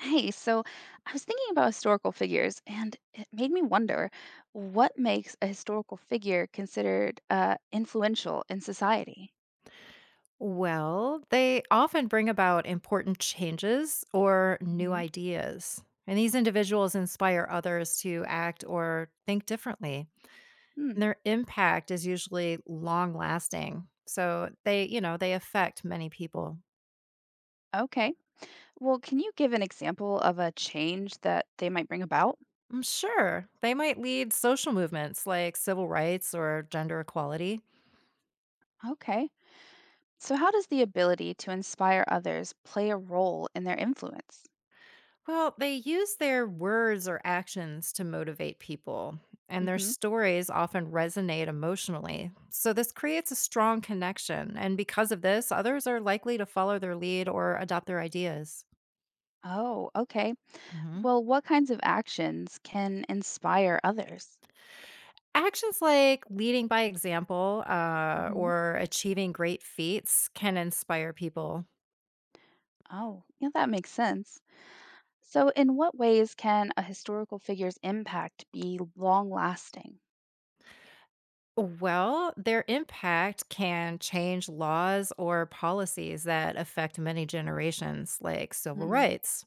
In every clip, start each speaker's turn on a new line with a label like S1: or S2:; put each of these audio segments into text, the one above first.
S1: Hey, so I was thinking about historical figures, and it made me wonder what makes a historical figure considered influential in society?
S2: Well, they often bring about important changes or new
S1: Hmm.
S2: ideas. And these individuals inspire others to act or think differently.
S1: Hmm.
S2: And their impact is usually long lasting. So they, you know, they affect many people.
S1: Okay. Well, can you give an example of a change that they might bring about?
S2: Mm, sure, they might lead social movements like civil rights or gender equality.
S1: Okay. So, how does the ability to inspire others play a role in their influence?
S2: Well, they use their words or actions to motivate people, and their
S1: Hmm.
S2: stories often resonate emotionally. So, this creates a strong connection. And because of this, others are likely to follow their lead or adopt their ideas.
S1: Oh, okay.
S2: Hmm.
S1: Well, what kinds of actions can inspire others?
S2: Actions like leading by example
S1: Hmm.
S2: or achieving great feats can inspire people.
S1: Oh, yeah, that makes sense. So, in what ways can a historical figure's impact be long lasting?
S2: Well, their impact can change laws or policies that affect many generations, like civil
S1: Mm.
S2: rights.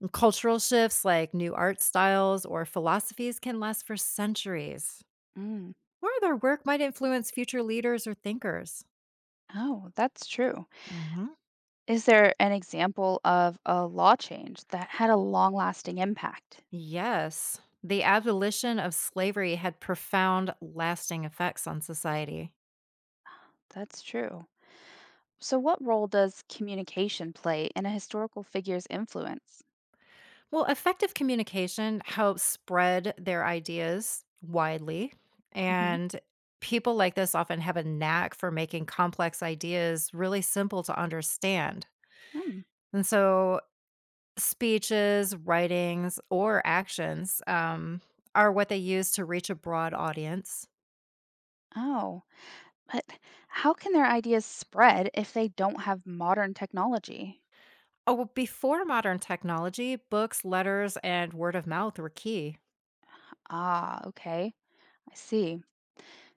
S2: And cultural shifts like new art styles or philosophies can last for centuries,
S1: Mm.
S2: or their work might influence future leaders or thinkers.
S1: Oh, that's true.
S2: Mhm.
S1: Is there an example of a law change that had a long lasting impact?
S2: Yes, the abolition of slavery had profound, lasting effects on society.
S1: That's true. So, what role does communication play in a historical figure's influence?
S2: Well, effective communication helps spread their ideas widely,
S1: Hmm.
S2: and people like this often have a knack for making complex ideas really simple to understand.
S1: Hmm.
S2: And so speeches, writings, or actions, are what they use to reach a broad audience.
S1: Oh, but how can their ideas spread if they don't have modern technology?
S2: Oh, well, before modern technology, books, letters, and word of mouth were key.
S1: Ah, okay. I see.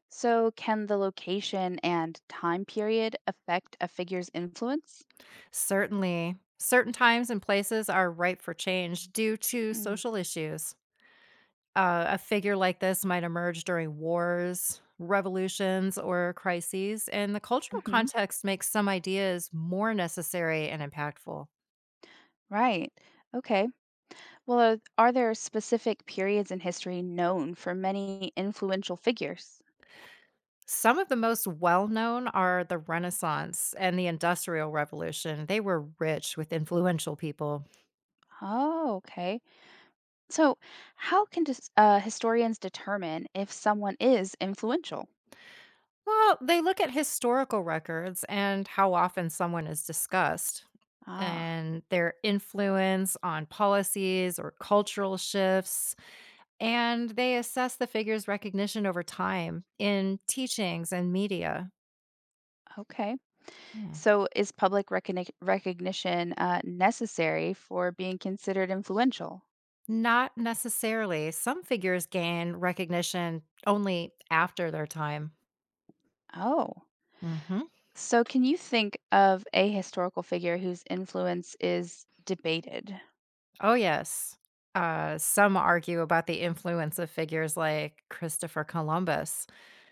S1: So, can the location and time period affect a figure's influence?
S2: Certainly, certain times and places are ripe for change due to
S1: Mm.
S2: social issues. A figure like this might emerge during wars, revolutions, or crises, and the cultural
S1: Hmm.
S2: context makes some ideas more necessary and impactful.
S1: Right. Okay. Well, are there specific periods in history known for many influential figures?
S2: Some of the most well known are the Renaissance and the Industrial Revolution. They were rich with influential people.
S1: Oh, okay. So, how can historians determine if someone is influential?
S2: Well, they look at historical records and how often someone is discussed,
S1: Ah,
S2: and their influence on policies or cultural shifts. And they assess the figure's recognition over time in teachings and media.
S1: okay.
S2: Yeah.
S1: So, is public recognition necessary for being considered influential?
S2: Not necessarily. Some figures gain recognition only after their time.
S1: Oh.
S2: Hmm.
S1: So, can you think of a historical figure whose influence is debated?
S2: Oh, yes. Some argue about the influence of figures like Christopher Columbus.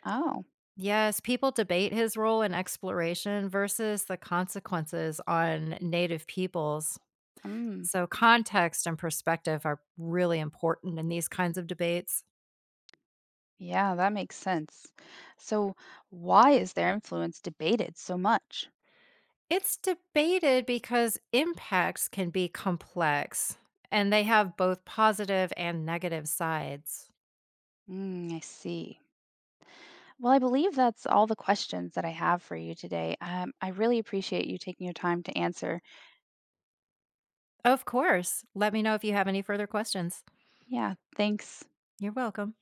S1: Oh,
S2: Yes, people debate his role in exploration versus the consequences on native peoples.
S1: mm,
S2: So, context and perspective are really important in these kinds of debates.
S1: yeah, that makes sense. So, why is their influence debated so much?
S2: It's debated because impacts can be complex, and they have both positive and negative sides.
S1: Mm, I see. Well, I believe that's all the questions that I have for you today. I really appreciate you taking your time to answer.
S2: Of course, let me know if you have any further questions.
S1: Yeah, thanks.
S2: You're welcome.